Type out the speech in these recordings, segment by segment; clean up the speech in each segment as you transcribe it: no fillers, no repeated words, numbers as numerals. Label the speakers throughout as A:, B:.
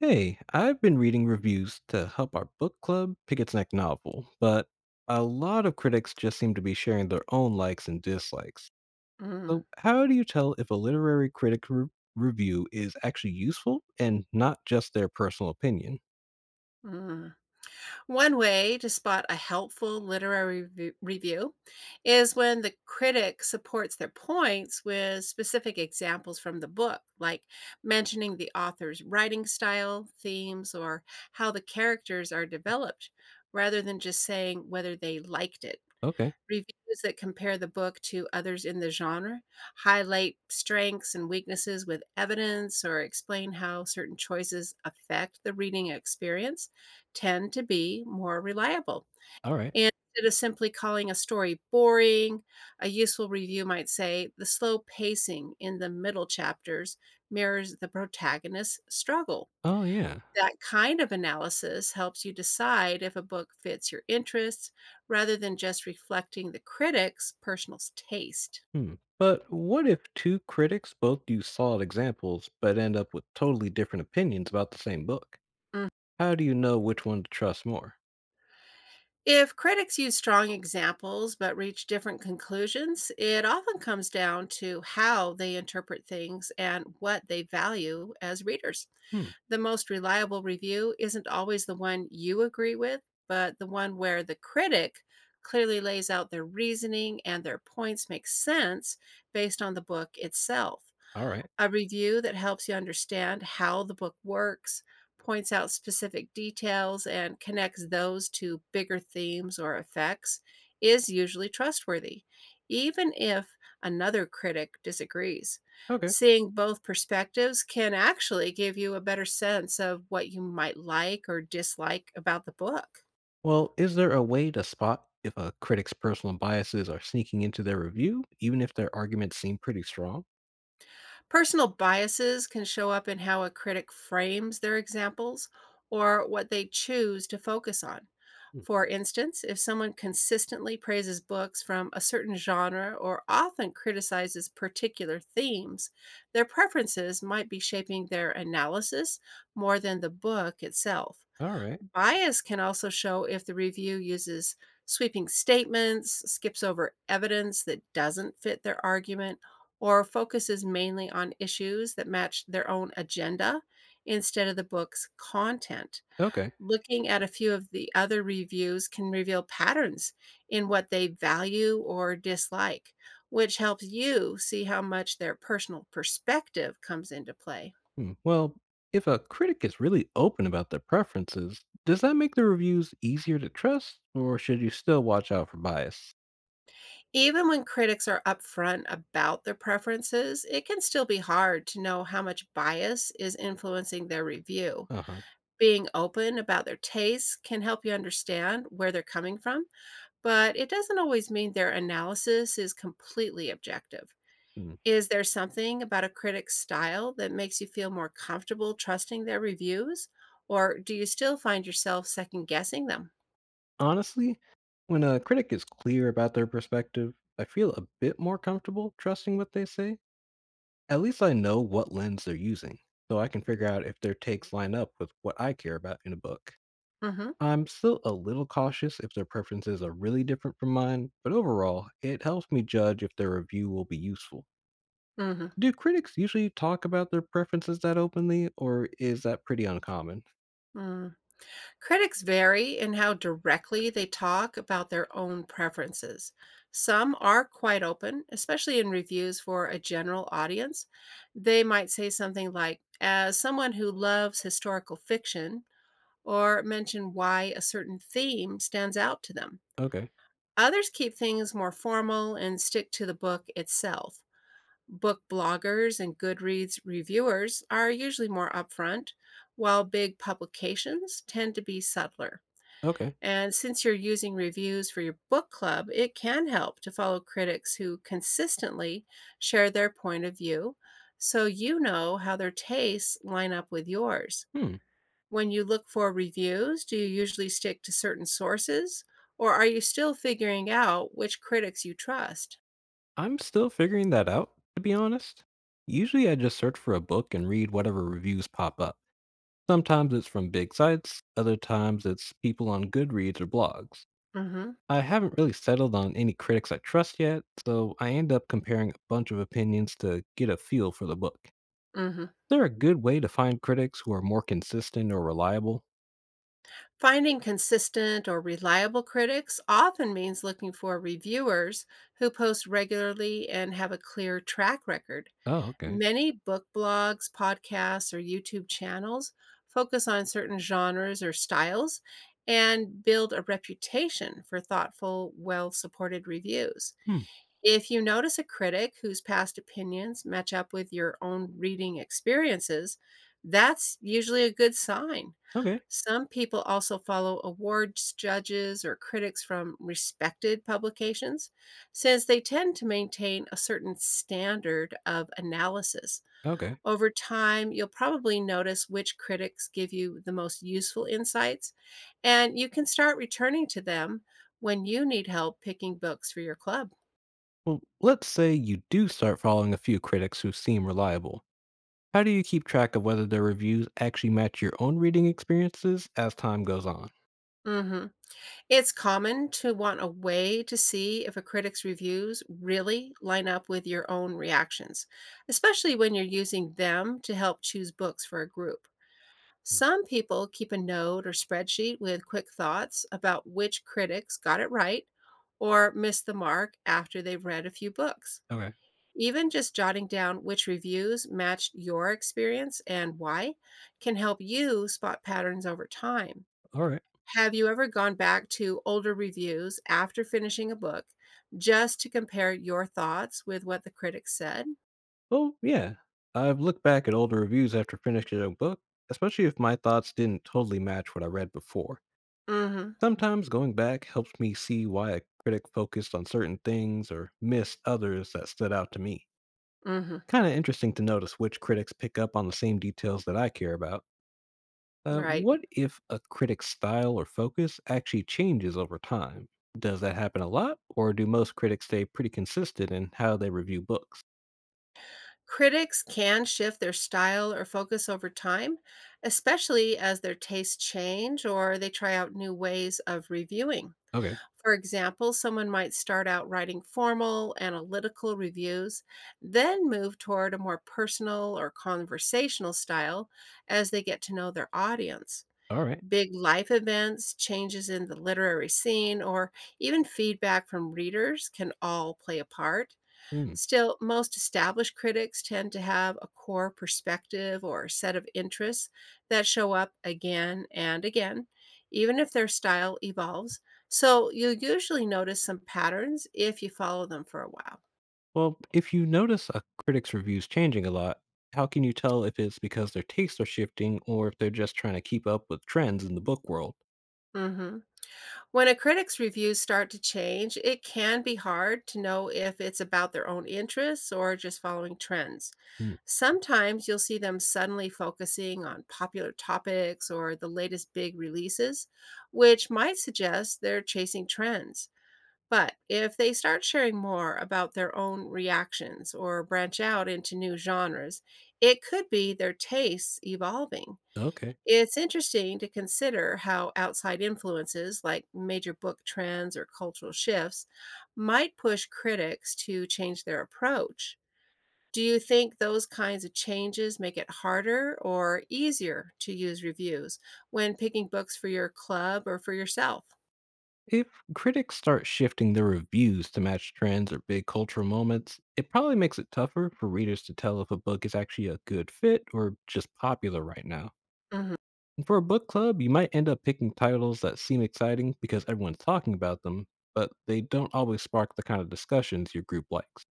A: Hey, I've been reading reviews to help our book club pick its next novel, but a lot of critics just seem to be sharing their own likes and dislikes.
B: Mm,
A: So, how do you tell if a literary review is actually useful and not just their personal opinion?
B: mm. One way to spot a helpful literary review is when the critic supports their points with specific examples from the book, like mentioning the author's writing style, themes, or how the characters are developed, rather than just saying whether they liked it.
A: Okay,
B: Reviews that compare the book to others in the genre, highlight strengths and weaknesses with evidence, or explain how certain choices affect the reading experience tend to be more reliable.
A: all right.
B: And instead of simply calling a story boring, a useful review might say the slow pacing in the middle chapters mirrors the protagonist's struggle.
A: Oh, yeah.
B: That kind of analysis helps you decide if a book fits your interests rather than just reflecting the critic's personal taste.
A: Hmm. But what if two critics both use solid examples but end up with totally different opinions about the same book? How do you know which one to trust more?
B: If critics use strong examples but reach different conclusions, it often comes down to how they interpret things and what they value as readers.
A: Hmm.
B: The most reliable review isn't always the one you agree with, but the one where the critic clearly lays out their reasoning and their points make sense based on the book itself.
A: All right.
B: A review that helps you understand how the book works, points out specific details, and connects those to bigger themes or effects is usually trustworthy, even if another critic disagrees.
A: Okay.
B: Seeing both perspectives can actually give you a better sense of what you might like or dislike about the book.
A: Well, is there a way to spot if a critic's personal biases are sneaking into their review, even if their arguments seem pretty strong?
B: Personal biases can show up in how a critic frames their examples or what they choose to focus on.
A: Hmm,
B: For instance, if someone consistently praises books from a certain genre or often criticizes particular themes, their preferences might be shaping their analysis more than the book itself.
A: all right.
B: Bias can also show if the review uses sweeping statements, skips over evidence that doesn't fit their argument, or focuses mainly on issues that match their own agenda instead of the book's content.
A: Okay.
B: Looking at a few of the other reviews can reveal patterns in what they value or dislike, which helps you see how much their personal perspective comes into play.
A: Hmm, well, if a critic is really open about their preferences, does that make the reviews easier to trust, or should you still watch out for bias?
B: Even when critics are upfront about their preferences, it can still be hard to know how much bias is influencing their review.
A: Uh huh.
B: Being open about their tastes can help you understand where they're coming from, but it doesn't always mean their analysis is completely objective. Is there something about a critic's style that makes you feel more comfortable trusting their reviews, or do you still find yourself second guessing them?
A: Honestly, when a critic is clear about their perspective, I feel a bit more comfortable trusting what they say. At least I know what lens they're using, so I can figure out if their takes line up with what I care about in a book.
B: Hmm.
A: I'm still a little cautious if their preferences are really different from mine, but overall, it helps me judge if their review will be useful. Do critics usually talk about their preferences that openly, or is that pretty uncommon?
B: Hmm. Critics vary in how directly they talk about their own preferences. Some are quite open, especially in reviews for a general audience. They might say something like, as someone who loves historical fiction, or mention why a certain theme stands out to them.
A: Okay,
B: Others keep things more formal and stick to the book itself. Book bloggers and Goodreads reviewers are usually more upfront, while big publications tend to be subtler.
A: okay.
B: And since you're using reviews for your book club, it can help to follow critics who consistently share their point of view so you know how their tastes line up with yours.
A: Hmm,
B: When you look for reviews, do you usually stick to certain sources, or are you still figuring out which critics you trust?
A: I'm still figuring that out, to be honest. Usually I just search for a book and read whatever reviews pop up. Sometimes it's from big sites, other times it's people on Goodreads or blogs.
B: Mhm.
A: I haven't really settled on any critics I trust yet, so I end up comparing a bunch of opinions to get a feel for the book. Is
B: Mhm.
A: there a good way to find critics who are more consistent or reliable?
B: Finding consistent or reliable critics often means looking for reviewers who post regularly and have a clear track record.
A: Oh, okay.
B: Many book blogs, podcasts, or YouTube channels focus on certain genres or styles and build a reputation for thoughtful, well supported reviews.
A: Hmm.
B: If you notice a critic whose past opinions match up with your own reading experiences, that's usually a good sign.
A: Okay.
B: Some people also follow awards judges or critics from respected publications, since they tend to maintain a certain standard of analysis.
A: Okay.
B: Over time, you'll probably notice which critics give you the most useful insights, and you can start returning to them when you need help picking books for your club.
A: Well, let's say you do start following a few critics who seem reliable. How do you keep track of whether their reviews actually match your own reading experiences as time goes on?
B: Mhm. It's common to want a way to see if a critic's reviews really line up with your own reactions, especially when you're using them to help choose books for a group. Some people keep a note or spreadsheet with quick thoughts about which critics got it right or missed the mark after they've read a few books.
A: Okay.
B: Even just jotting down which reviews matched your experience and why can help you spot patterns over time.
A: All right.
B: Have you ever gone back to older reviews after finishing a book just to compare your thoughts with what the critics said?
A: Well, yeah. I've looked back at older reviews after finishing a book, especially if my thoughts didn't totally match what I read before.
B: Mm. Mhm.
A: Sometimes going back helps me see why a critic focused on certain things or missed others that stood out to me.
B: Mm. Mhm.
A: Kind of interesting to notice which critics pick up on the same details that I care about.
B: Right.
A: What if a critic's style or focus actually changes over time? Does that happen a lot, or do most critics stay pretty consistent in how they review books?
B: Critics can shift their style or focus over time, especially as their tastes change or they try out new ways of reviewing.
A: Okay,
B: For example, someone might start out writing formal, analytical reviews, then move toward a more personal or conversational style as they get to know their audience.
A: all right.
B: Big life events, changes in the literary scene, or even feedback from readers can all play a part.
A: Hmm.
B: Still, most established critics tend to have a core perspective or set of interests that show up again and again, even if their style evolves. So you'll usually notice some patterns if you follow them for a while.
A: Well, if you notice a critic's reviews changing a lot, how can you tell if it's because their tastes are shifting or if they're just trying to keep up with trends in the book world?
B: Hmm. When a critic's reviews start to change, it can be hard to know if it's about their own interests or just following trends.
A: Hmm,
B: Sometimes you'll see them suddenly focusing on popular topics or the latest big releases, which might suggest they're chasing trends. But if they start sharing more about their own reactions or branch out into new genres, it could be their tastes evolving.
A: okay.
B: It's interesting to consider how outside influences, like major book trends or cultural shifts, might push critics to change their approach. Do you think those kinds of changes make it harder or easier to use reviews when picking books for your club or for yourself?
A: If critics start shifting their reviews to match trends or big cultural moments, it probably makes it tougher for readers to tell if a book is actually a good fit or just popular right now.
B: Hmm.
A: And for a book club, you might end up picking titles that seem exciting because everyone's talking about them, but they don't always spark the kind of discussions your group likes.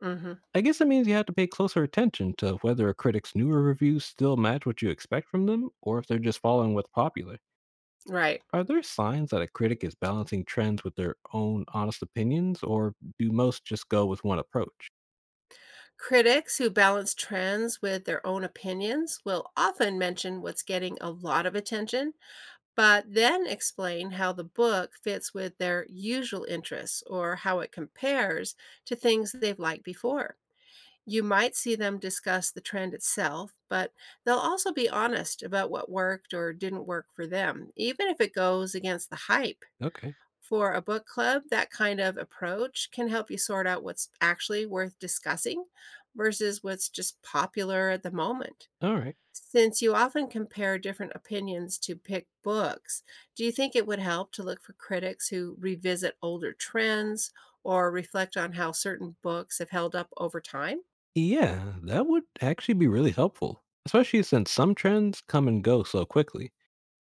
B: Hmm.
A: I guess it means you have to pay closer attention to whether a critic's newer reviews still match what you expect from them or if they're just following what's popular.
B: Right.
A: Are there signs that a critic is balancing trends with their own honest opinions, or do most just go with one approach?
B: Critics who balance trends with their own opinions will often mention what's getting a lot of attention but then explain how the book fits with their usual interests or how it compares to things they've liked before. You might see them discuss the trend itself, but they'll also be honest about what worked or didn't work for them, even if it goes against the hype.
A: Okay,
B: For a book club, that kind of approach can help you sort out what's actually worth discussing versus what's just popular at the moment.
A: all right.
B: Since you often compare different opinions to pick books, do you think it would help to look for critics who revisit older trends or reflect on how certain books have held up over time?
A: Yeah, that would actually be really helpful, especially since some trends come and go so quickly.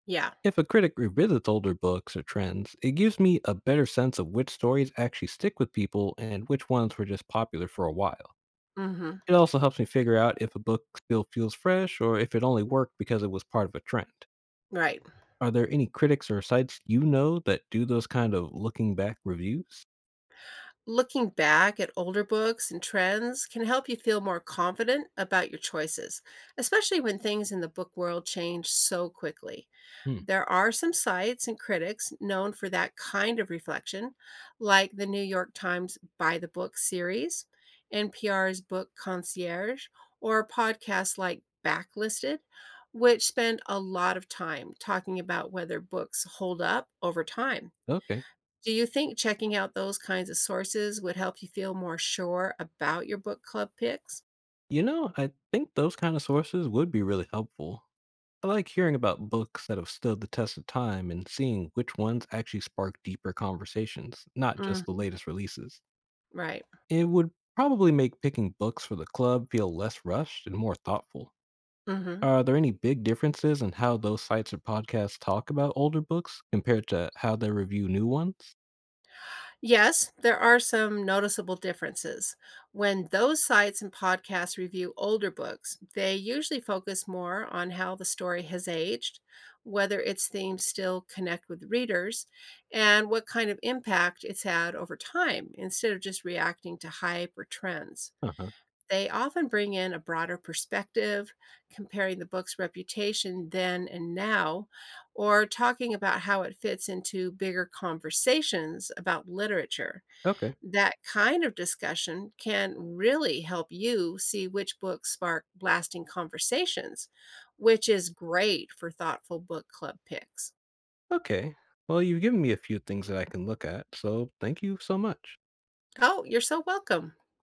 B: Yeah.
A: If a critic revisits older books or trends, it gives me a better sense of which stories actually stick with people and which ones were just popular for a while.
B: Hmm.
A: It also helps me figure out if a book still feels fresh or if it only worked because it was part of a trend.
B: Right.
A: Are there any critics or sites you know that do those kind of looking back reviews?
B: Looking back at older books and trends can help you feel more confident about your choices, especially when things in the book world change so quickly.
A: Hmm.
B: There are some sites and critics known for that kind of reflection, like the New York Times By the Book series, NPR's Book Concierge, or podcasts like Backlisted, which spend a lot of time talking about whether books hold up over time.
A: Okay.
B: Do you think checking out those kinds of sources would help you feel more sure about your book club picks?
A: You know, I think those kind of sources would be really helpful. I like hearing about books that have stood the test of time and seeing which ones actually spark deeper conversations, not just the
B: Mhm.
A: latest releases.
B: Right.
A: It would probably make picking books for the club feel less rushed and more thoughtful.
B: Hmm.
A: Are there any big differences in how those sites or podcasts talk about older books compared to how they review new ones?
B: Yes, there are some noticeable differences. When those sites and podcasts review older books, they usually focus more on how the story has aged, whether its themes still connect with readers, and what kind of impact it's had over time instead of just reacting to hype or trends.
A: Uh-huh.
B: They often bring in a broader perspective, comparing the book's reputation then and now, or talking about how it fits into bigger conversations about literature.
A: Okay.
B: That kind of discussion can really help you see which books spark lasting conversations, which is great for thoughtful book club picks.
A: Okay. Well, you've given me a few things that I can look at, so thank you so much.
B: Oh, you're so welcome.